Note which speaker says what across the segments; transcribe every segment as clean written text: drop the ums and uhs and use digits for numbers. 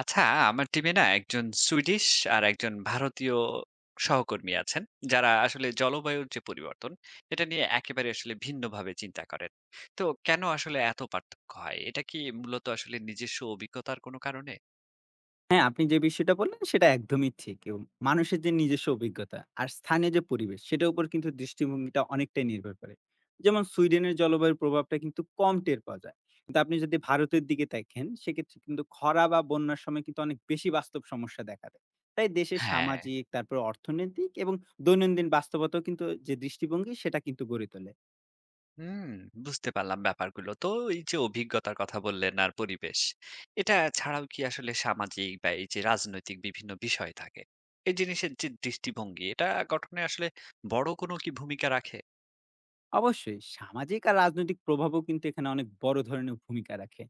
Speaker 1: আচ্ছা, আমার টিমে না একজন সুইডিশ আর একজন ভারতীয় সহকর্মী আছেন, যারা আসলে জলবায়ুর যে পরিবর্তন, এটা নিয়ে একেবারে আসলে ভিন্নভাবে চিন্তা করেন। তো কেন আসলে এত পার্থক্য হয়? এটা কি মূলত আসলে নিজস্ব অভিজ্ঞতার কোনো কারণে?
Speaker 2: হ্যাঁ, আপনি যে বিষয়টা বললেন সেটা একদমই ঠিক। এবং মানুষের যে নিজস্ব অভিজ্ঞতা আর স্থানীয় যে পরিবেশ সেটার উপর কিন্তু দৃষ্টিভঙ্গিটা অনেকটাই নির্ভর করে। যেমন সুইডেনের জলবায়ুর প্রভাবটা কিন্তু কম টের পাওয়া যায়। কিন্তু আপনি যদি ভারতের দিকে দেখেন সেক্ষেত্রে কিন্তু খরা বা বন্যার সময় কিন্তু অনেক বেশি বাস্তব সমস্যা দেখা দেয়। তাই দেশের
Speaker 1: হ্যাঁ,
Speaker 2: সামাজিক তারপর অর্থনৈতিক এবং দৈনন্দিন বাস্তবতাও কিন্তু যে দৃষ্টিভঙ্গি সেটা কিন্তু গড়ে তোলে।
Speaker 1: হুম, বুঝতে পারলাম ব্যাপারগুলো। তো এই যে অভিজ্ঞতার কথা বললেন আর পরিবেশ, এটা ছাড়াও কি আসলে সামাজিক বা এই যে রাজনৈতিক বিভিন্ন বিষয় থাকে, এই জিনিসের যে দৃষ্টিভঙ্গি, এটা গঠনে আসলে বড় কোনো কি ভূমিকা রাখে?
Speaker 2: অবশ্যই সামাজিক আর রাজনৈতিক প্রভাবও কিন্তু এখানে অনেক বড় ধরনের ভূমিকা রাখে।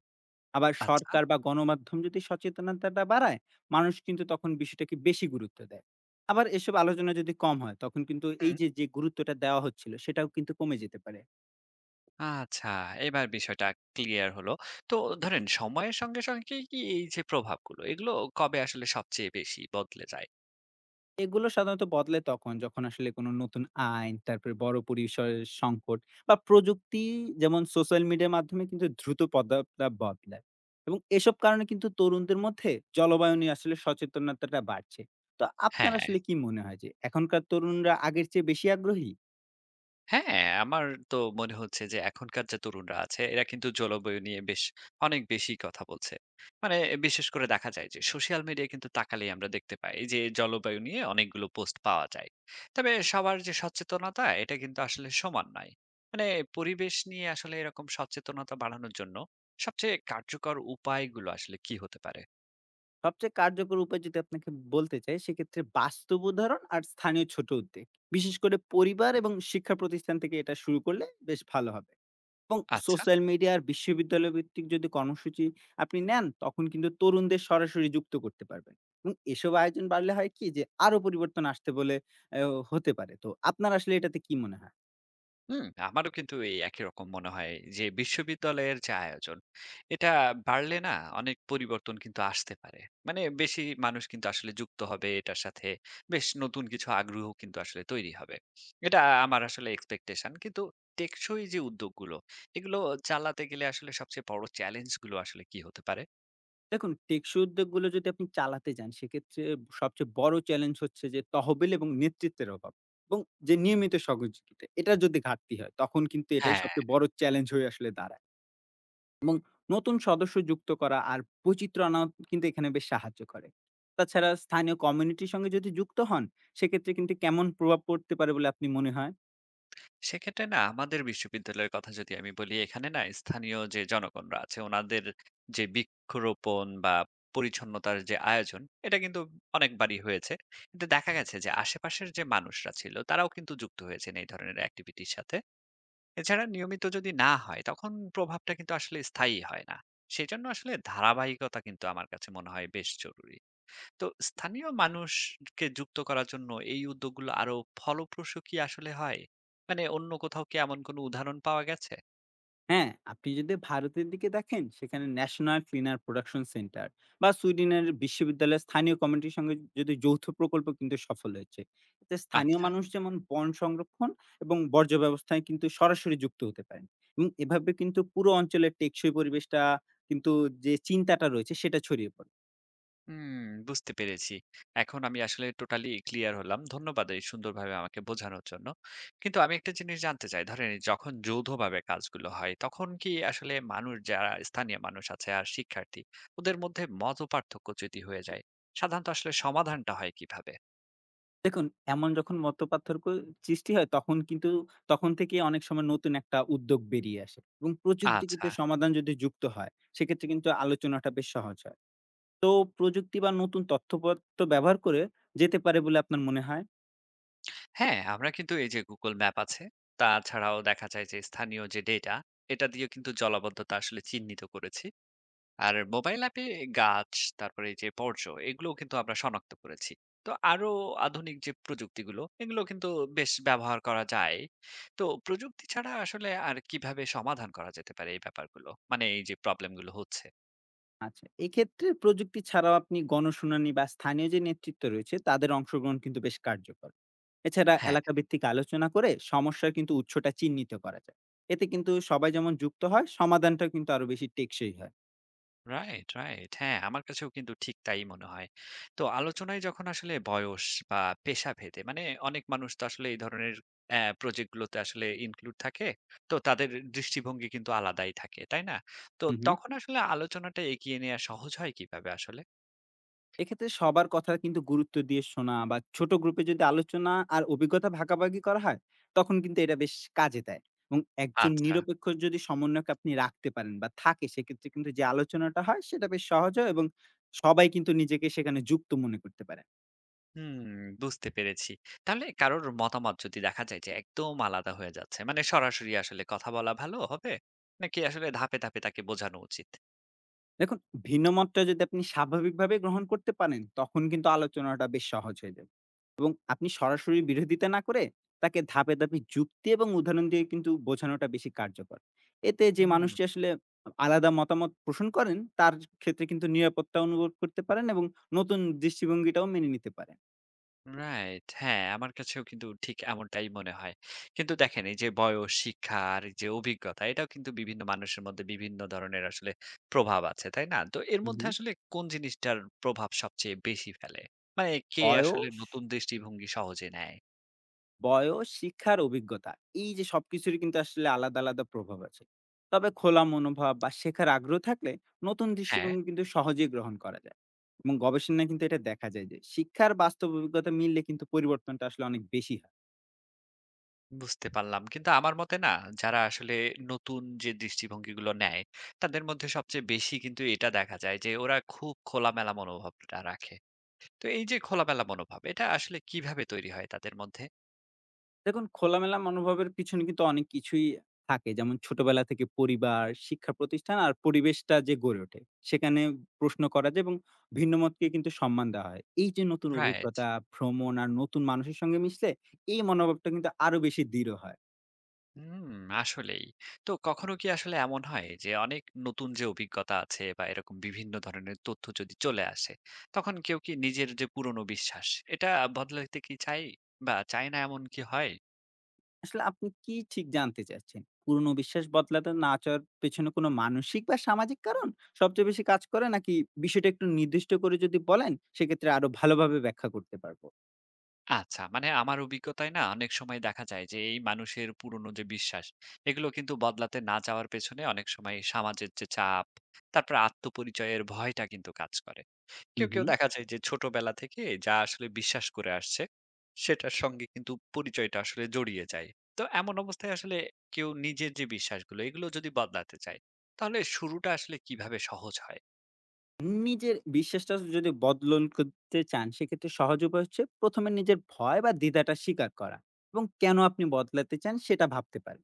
Speaker 2: আবার
Speaker 1: আচ্ছা।
Speaker 2: সরকার বা গণমাধ্যম যদি সচেতনতাটা বাড়ায়, মানুষ কিন্তু তখন বিষয়টাকে বেশি গুরুত্ব দেয়। আবার এসব আলোচনা যদি কম হয়, তখন কিন্তু এই
Speaker 1: হুম।
Speaker 2: যে, যে গুরুত্বটা দেওয়া হচ্ছিল, সেটাও কিন্তু কমে যেতে পারে।
Speaker 1: আচ্ছা, এবার বিষয়টা ক্লিয়ার হলো। তো ধরেন সময়ের সঙ্গে, সঙ্গে কি এই যে প্রভাবগুলো, এগুলো কবে আসলে সবচেয়ে বেশি বদলে যায়?
Speaker 2: এগুলো সাধারণত বদলে তখন যখন আসলে কোনো নতুন আইন, তারপরে বড় পরিসরের সংকট বা প্রযুক্তি যেমন সোশ্যাল মিডিয়ার মাধ্যমে কিন্তু দ্রুত পদ্দাটা বদলায়। এবং এসব কারণে কিন্তু তরুণদের মধ্যে জলবায়ু নিয়ে আসলে সচেতনতাটা বাড়ছে। তো আপনার
Speaker 1: হ্যাঁ।
Speaker 2: আসলে কি মনে হয় যে এখনকার তরুণরা আগের চেয়ে বেশি আগ্রহী?
Speaker 1: হ্যাঁ, আমার তো মনে হচ্ছে যে এখনকার যে তরুণরা আছে এরা কিন্তু জলবায়ু নিয়ে বেশ অনেক বেশি কথা বলছে। মানে বিশেষ করে দেখা যায় যে সোশ্যাল মিডিয়ায় কিন্তু তাকালেই আমরা দেখতে পাই যে জলবায়ু নিয়ে অনেকগুলো পোস্ট পাওয়া যায়। তবে সবার যে সচেতনতা এটা কিন্তু আসলে সমান নয়। মানে পরিবেশ নিয়ে আসলে এরকম সচেতনতা বাড়ানোর জন্য সবচেয়ে কার্যকর উপায়গুলো আসলে কি হতে পারে?
Speaker 2: সবচেয়ে কার্যকর উপায় যদি আপনাকে বলতে চাই, সেক্ষেত্রে বাস্তব উদাহরণ আর স্থানীয় ছোট উদ্যোগ। বিশেষ করে পরিবার এবং শিক্ষা প্রতিষ্ঠান থেকে এটা শুরু করলে বেশ ভালো হবে। এবং
Speaker 1: আচ্ছা।
Speaker 2: সোশ্যাল মিডিয়া আর বিশ্ববিদ্যালয় ভিত্তিক যদি কর্মসূচি আপনি নেন, তখন কিন্তু তরুণদের সরাসরি যুক্ত করতে পারবেন। এবং এসব আয়োজন বাড়লে হয় কি যে আরো পরিবর্তন আসতে বলে হতে পারে। তো আপনার আসলে এটাতে কি মনে হয়?
Speaker 1: হুম, আমারও কিন্তু এই একই রকম মনে হয় যে বিশ্ববিদ্যালয়ের যে আয়োজন এটা বাড়লে না অনেক পরিবর্তন কিন্তু আসতে পারে মানে বেশি মানুষ কিন্তু আসলে যুক্ত হবে এটার সাথে বেশ নতুন কিছু আগ্রহ কিন্তু আসলে তৈরি হবে এটা আমার আসলে এক্সপেকটেশন কিন্তু টেকসই যে উদ্যোগগুলো এগুলো চালাতে গেলে আসলে সবচেয়ে বড় চ্যালেঞ্জ গুলো আসলে কি হতে পারে
Speaker 2: দেখুন, টেকসই উদ্যোগগুলো যদি আপনি চালাতে যান সেক্ষেত্রে সবচেয়ে বড় চ্যালেঞ্জ হচ্ছে যে তহবিল এবং নেতৃত্বের অভাব। এবং যে নিয়মিত সহযোগিতা এটা যদি ঘাটতি হয় তখন কিন্তু এটাই
Speaker 1: হ্যাঁ
Speaker 2: সবচেয়ে বড় চ্যালেঞ্জ হয়ে আসলে দাঁড়ায়। এবং নতুন সদস্য যুক্ত করা আর বৈচিত্র্য আনা কিন্তু এখানে বেশ সাহায্য করে। তাছাড়া স্থানীয় কমিউনিটির সঙ্গে যদি যুক্ত হন সেক্ষেত্রে কিন্তু কেমন প্রভাব পড়তে পারে বলে আপনি মনে হয়?
Speaker 1: সেক্ষেত্রে না আমাদের বিশ্ববিদ্যালয়ের কথা যদি আমি বলি এখানে না স্থানীয় যে জনগণরা আছে ওনাদের যে বৃক্ষরোপণ বা পরিচ্ছন্নতার যে আয়োজন এটা কিন্তু অনেকবারই হয়েছে কিন্তু দেখা গেছে যে আশেপাশের যে মানুষরা ছিল তারাও কিন্তু যুক্ত হয়েছেন এই ধরনের অ্যাক্টিভিটির সাথে এছাড়া নিয়মিত যদি না হয় তখন প্রভাবটা কিন্তু আসলে স্থায়ী হয় না সেজন্য আসলে ধারাবাহিকতা কিন্তু আমার কাছে মনে হয় বেশ জরুরি তো স্থানীয় মানুষকে যুক্ত করার জন্য এই উদ্যোগগুলো আরো ফলপ্রসূ কি আসলে হয়? মানে অন্য কোথাও কি এমন কোনো উদাহরণ পাওয়া গেছে?
Speaker 2: হ্যাঁ, আপনি যদি ভারতের দিকে দেখেন সেখানে ন্যাশনাল ক্লিনার প্রোডাকশন সেন্টার বা সুইডেনের বিশ্ববিদ্যালয়ের স্থানীয় কমিটির সঙ্গে যদি যৌথ প্রকল্প কিন্তু সফল হয়েছে। এতে স্থানীয়
Speaker 1: আচ্ছা,
Speaker 2: মানুষ যেমন বন সংরক্ষণ এবং বর্জ্য ব্যবস্থায় কিন্তু সরাসরি যুক্ত হতে পারেন এবং এভাবে কিন্তু পুরো অঞ্চলের টেকসই পরিবেশটা কিন্তু যে চিন্তাটা রয়েছে সেটা ছড়িয়ে পড়ে।
Speaker 1: হুম, বুঝতে পেরেছি। এখন আমি আসলে টোটালি ক্লিয়ার হলাম। ধন্যবাদ এই সুন্দরভাবে আমাকে বোঝানোর জন্য। কিন্তু আমি একটা জিনিস জানতে চাই, ধরেন এই যখন যৌথভাবে কাজগুলো হয়, তখন কি আসলে মানুষ যারা স্থানীয় মানুষ আছে আর শিক্ষার্থী, ওদের মধ্যে মতপার্থক্য যদি হয়ে যায়, সাধারণত আসলে সমাধানটা হয় কিভাবে?
Speaker 2: দেখুন, এমন যখন মতপার্থক্য সৃষ্টি হয় তখন কিন্তু তখন থেকেই অনেক সময় নতুন একটা উদ্যোগ বেরিয়ে আসে এবং প্রযুক্তি
Speaker 1: আচ্ছা।
Speaker 2: কিন্তু সমাধান যদি যুক্ত হয়, সেক্ষেত্রে কিন্তু আলোচনাটা বেশ সহজ হয়। তো প্রযুক্তি বা নতুন তথ্যপত্র ব্যবহার করে যেতে পারে বলে আপনার মনে হয়?
Speaker 1: হ্যাঁ, আমরা কিন্তু এই যে Google ম্যাপ আছে, তাছাড়াও দেখা যায় যে স্থানীয় যে ডেটা, এটা দিয়ে কিন্তু জলাবদ্ধতা আসলে চিহ্নিত করেছি। আর মোবাইল অ্যাপে গাছ, তারপরে এই যে বর্জ্য, এগুলোও কিন্তু আমরা শনাক্ত করেছি। তো আরো আধুনিক যে প্রযুক্তিগুলো, এগুলো কিন্তু বেশ ব্যবহার করা যায়। তো প্রযুক্তি ছাড়া আসলে আর কিভাবে সমাধান করা যেতে পারে এই ব্যাপারগুলো? মানে এই যে প্রবলেম গুলো হচ্ছে?
Speaker 2: আচ্ছা, এক্ষেত্রে প্রযুক্তি ছাড়াও আপনি গণশুনানি বা স্থানীয় যে নেতৃত্ব রয়েছে তাদের অংশগ্রহণ কিন্তু বেশ কার্যকর। এছাড়া
Speaker 1: হ্যাঁ।
Speaker 2: এলাকাভিত্তিক আলোচনা করে সমস্যার কিন্তু উৎসটা চিহ্নিত করা যায়। এতে কিন্তু সবাই যেমন যুক্ত হয়, সমাধানটাও কিন্তু আরো বেশি টেকসই হয়।
Speaker 1: Right, right. হ্যাঁ, আমার কাছেও কিন্তু ঠিক তাই মনে হয়। তো আলোচনায় যখন আসলে বয়স বা পেশাভেদে মানে অনেক মানুষ তো আসলে এই ধরনের প্রজেক্ট গুলোতে আসলে ইনক্লুড থাকে। তো তাদের দৃষ্টিভঙ্গি কিন্তু আলাদাই থাকে, তাই না? তো
Speaker 2: হু, হু।
Speaker 1: তখন আসলে আলোচনাটা এগিয়ে নেয়া সহজ হয় কিভাবে আসলে?
Speaker 2: এক্ষেত্রে সবার কথা কিন্তু গুরুত্ব দিয়ে শোনা বা ছোট গ্রুপে যদি আলোচনা আর অভিজ্ঞতা ভাগাভাগি করা হয় তখন কিন্তু এটা বেশ কাজে দেয়। এবং একজন
Speaker 1: আচ্ছা।
Speaker 2: নিরপেক্ষ যদি সমন্বয়ক আপনি রাখতে পারেন বা থাকে সেক্ষেত্রে কিন্তু যে আলোচনাটা হয় সেটা বেশ সহজ হয় এবং সবাই কিন্তু নিজেকে সেখানে যুক্ত মনে করতে পারে।
Speaker 1: হুম, বুঝতে পেরেছি। তাহলে কারোর মতামত যদি দেখা যায় যে একদম আলাদা হয়ে যাচ্ছে, মানে সরাসরি আসলে কথা বলা ভালো হবে? নাকি আসলে ধাপে, ধাপে তাকে বোঝানো উচিত?
Speaker 2: দেখুন, ভিন্ন মতটা যদি আপনি স্বাভাবিকভাবে গ্রহণ করতে পারেন, তখন কিন্তু আলোচনাটা বেশ সহজ হয়ে যাবে। এবং আপনি সরাসরি বিরোধিতা না করে তাকে ধাপে, ধাপে যুক্তি এবং উদাহরণ দিয়ে কিন্তু বোঝানোটা বেশি কার্যকর। এতে যে
Speaker 1: হুম।
Speaker 2: মানুষটি আসলে আলাদা মতামত পোষণ করেন, তার ক্ষেত্রে কিন্তু নিরাপত্তা অনুভব করতে পারেন এবং নতুন দৃষ্টিভঙ্গিটাও মেনে নিতে পারেন।
Speaker 1: রাইট। হ্যাঁ, আমার কাছেও কিন্তু ঠিক এমনটাই মনে হয়। কিন্তু দেখেন এই যে বয়স, শিক্ষা আর এই যে অভিজ্ঞতা এটাও কিন্তু বিভিন্ন মানুষের মধ্যে বিভিন্ন ধরনের আসলে প্রভাব আছে, তাই না? তো এর
Speaker 2: হু,
Speaker 1: মধ্যে
Speaker 2: হু।
Speaker 1: আসলে কোন জিনিসটার প্রভাব সবচেয়ে বেশি ফেলে? মানে কে আসলে
Speaker 2: বয়স
Speaker 1: নতুন দৃষ্টিভঙ্গি সহজে নেয়?
Speaker 2: বয়স, শিক্ষার অভিজ্ঞতা এই যে সবকিছুরই কিন্তু আসলে আলাদা, আলাদা প্রভাব আছে। তবে খোলা মনোভাব বা শেখার আগ্রহ থাকলে নতুন
Speaker 1: হ্যাঁ,
Speaker 2: দৃষ্টিভঙ্গি কিন্তু সহজেই গ্রহণ করা যায়। এবং গবেষণায় কিন্তু এটা দেখা যায় যে শিক্ষার বাস্তব অভিজ্ঞতা মিললে কিন্তু পরিবর্তনটা আসলে অনেক বেশি হয়।
Speaker 1: বুঝতে পারলাম। কিন্তু আমার মতে না যারা আসলে নতুন যে দৃষ্টিভঙ্গিগুলো নেয়, তাদের মধ্যে সবচেয়ে বেশি কিন্তু এটা দেখা যায় যে ওরা খুব খোলামেলা মনোভাবটা রাখে। তো এই যে খোলামেলা মনোভাব এটা আসলে কিভাবে তৈরি হয় তাদের মধ্যে
Speaker 2: দেখুন, খোলামেলা মনোভাবের পিছনে কিন্তু অনেক কিছুই থাকে। যেমন ছোটবেলা থেকে পরিবার, শিক্ষা প্রতিষ্ঠান আর পরিবেশটা যে গড়ে ওঠে, সেখানে প্রশ্ন করা যায় এবং ভিন্ন মতকে কিন্তু সম্মান দেওয়া হয়। এই যে নতুন
Speaker 1: রাইট
Speaker 2: অভিজ্ঞতা, ভ্রমণ আর নতুন মানুষের সঙ্গে মিশলে এই মনোভাবটা কিন্তু আরো বেশি দৃঢ় হয়।
Speaker 1: হুম আসলেই তো কখনো কি আসলে এমন হয় যে অনেক নতুন যে অভিজ্ঞতা আছে বা এরকম বিভিন্ন ধরনের তথ্য যদি চলে আসে তখন কেউ কি নিজের যে পুরনো বিশ্বাস এটা বদলাতে কি চাই বা চায় না এমন কি হয়
Speaker 2: আসলে আপনি কি ঠিক জানতে চাচ্ছেন? পুরনো বিশ্বাস বদলাতে না চাওয়ার পেছনে কোনো মানসিক বা সামাজিক কারণ সবচেয়ে বেশি কাজ করে নাকি বিষয়টা একটু নির্দিষ্ট করে যদি বলেন, সেক্ষেত্রে আরো ভালোভাবে ব্যাখ্যা করতে পারবো।
Speaker 1: আচ্ছা মানে আমার অভিজ্ঞতায় না অনেক সময় দেখা যায় যে এই মানুষের পুরনো যে বিশ্বাস এগুলো কিন্তু বদলাতে না চাওয়ার পেছনে অনেক সময় সমাজের যে চাপ তারপর আত্মপরিচয়ের ভয়টা কিন্তু কাজ করে
Speaker 2: হু,
Speaker 1: কেউ,
Speaker 2: হু।
Speaker 1: কেউ দেখা যায় যে ছোটবেলা থেকে যা আসলে বিশ্বাস করে আসছে, সেটার সঙ্গে কিন্তু পরিচয়টা আসলে জড়িয়ে যায়। তো এমন অবস্থায় আসলে কেউ নিজের যে বিশ্বাসগুলো, এগুলো যদি বদলাতে চায়, তাহলে শুরুটা আসলে কিভাবে সহজ হয়?
Speaker 2: নিজের বিশ্বাসটা যদি বদলন করতে চান সেক্ষেত্রে সহজ উপায় হচ্ছে প্রথমে নিজের ভয় বা দ্বিধাটা স্বীকার করা এবং কেন আপনি বদলাতে চান সেটা ভাবতে পারেন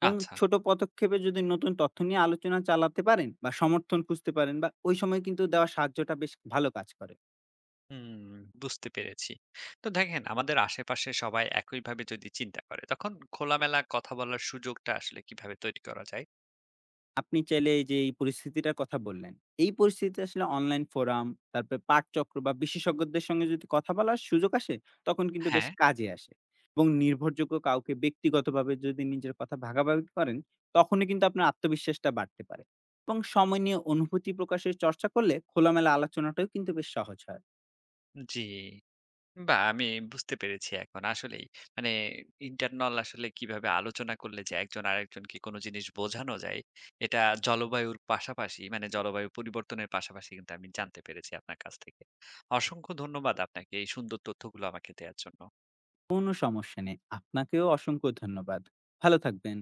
Speaker 2: এবং
Speaker 1: আচ্ছা,
Speaker 2: ছোট পদক্ষেপে যদি নতুন তথ্য নিয়ে আলোচনা চালাতে পারেন বা সমর্থন খুঁজতে পারেন বা ওই সময় কিন্তু দেওয়া সাহায্যটা বেশ ভালো কাজ করে।
Speaker 1: হুম, বুঝতে পেরেছি। তো দেখেন আমাদের আশেপাশে সবাই একইভাবে যদি চিন্তা করে, তখন খোলামেলা কথা বলার সুযোগটা আসলে কিভাবে তৈরি করা যায়?
Speaker 2: আপনি চাইলে এই যে এই পরিস্থিতিটার কথা বললেন, এই পরিস্থিতিতে আসলে অনলাইন ফোরাম, তারপরে পাঠচক্র বা বিশেষজ্ঞদের সঙ্গে যদি কথা বলার সুযোগ আসে, তখন কিন্তু বেশ
Speaker 1: হ্যাঁ,
Speaker 2: কাজে আসে। এবং নির্ভরযোগ্য কাউকে ব্যক্তিগতভাবে যদি নিজের কথা ভাগাভাগি করেন, তখনই কিন্তু আপনার আত্মবিশ্বাসটা বাড়তে পারে। এবং সময় নিয়ে অনুভূতি প্রকাশের চর্চা করলে খোলামেলা আলোচনাটাও কিন্তু বেশ সহজ হয়।
Speaker 1: জি। বাহ! আমি বুঝতে পেরেছি এখন আসলেই। মানে ইন্টারনাল আসলে কিভাবে আলোচনা করলে যে একজন আরেকজনকে কোন জিনিস বোঝানো যায়, এটা জলবায়ুর পাশাপাশি মানে জলবায়ু পরিবর্তনের পাশাপাশি কিন্তু আমি জানতে পেরেছি আপনার কাছ থেকে। অসংখ্য ধন্যবাদ আপনাকে এই সুন্দর তথ্যগুলো আমাকে দেয়ার জন্য।
Speaker 2: কোনো সমস্যা নেই। আপনাকেও অসংখ্য ধন্যবাদ। ভালো থাকবেন।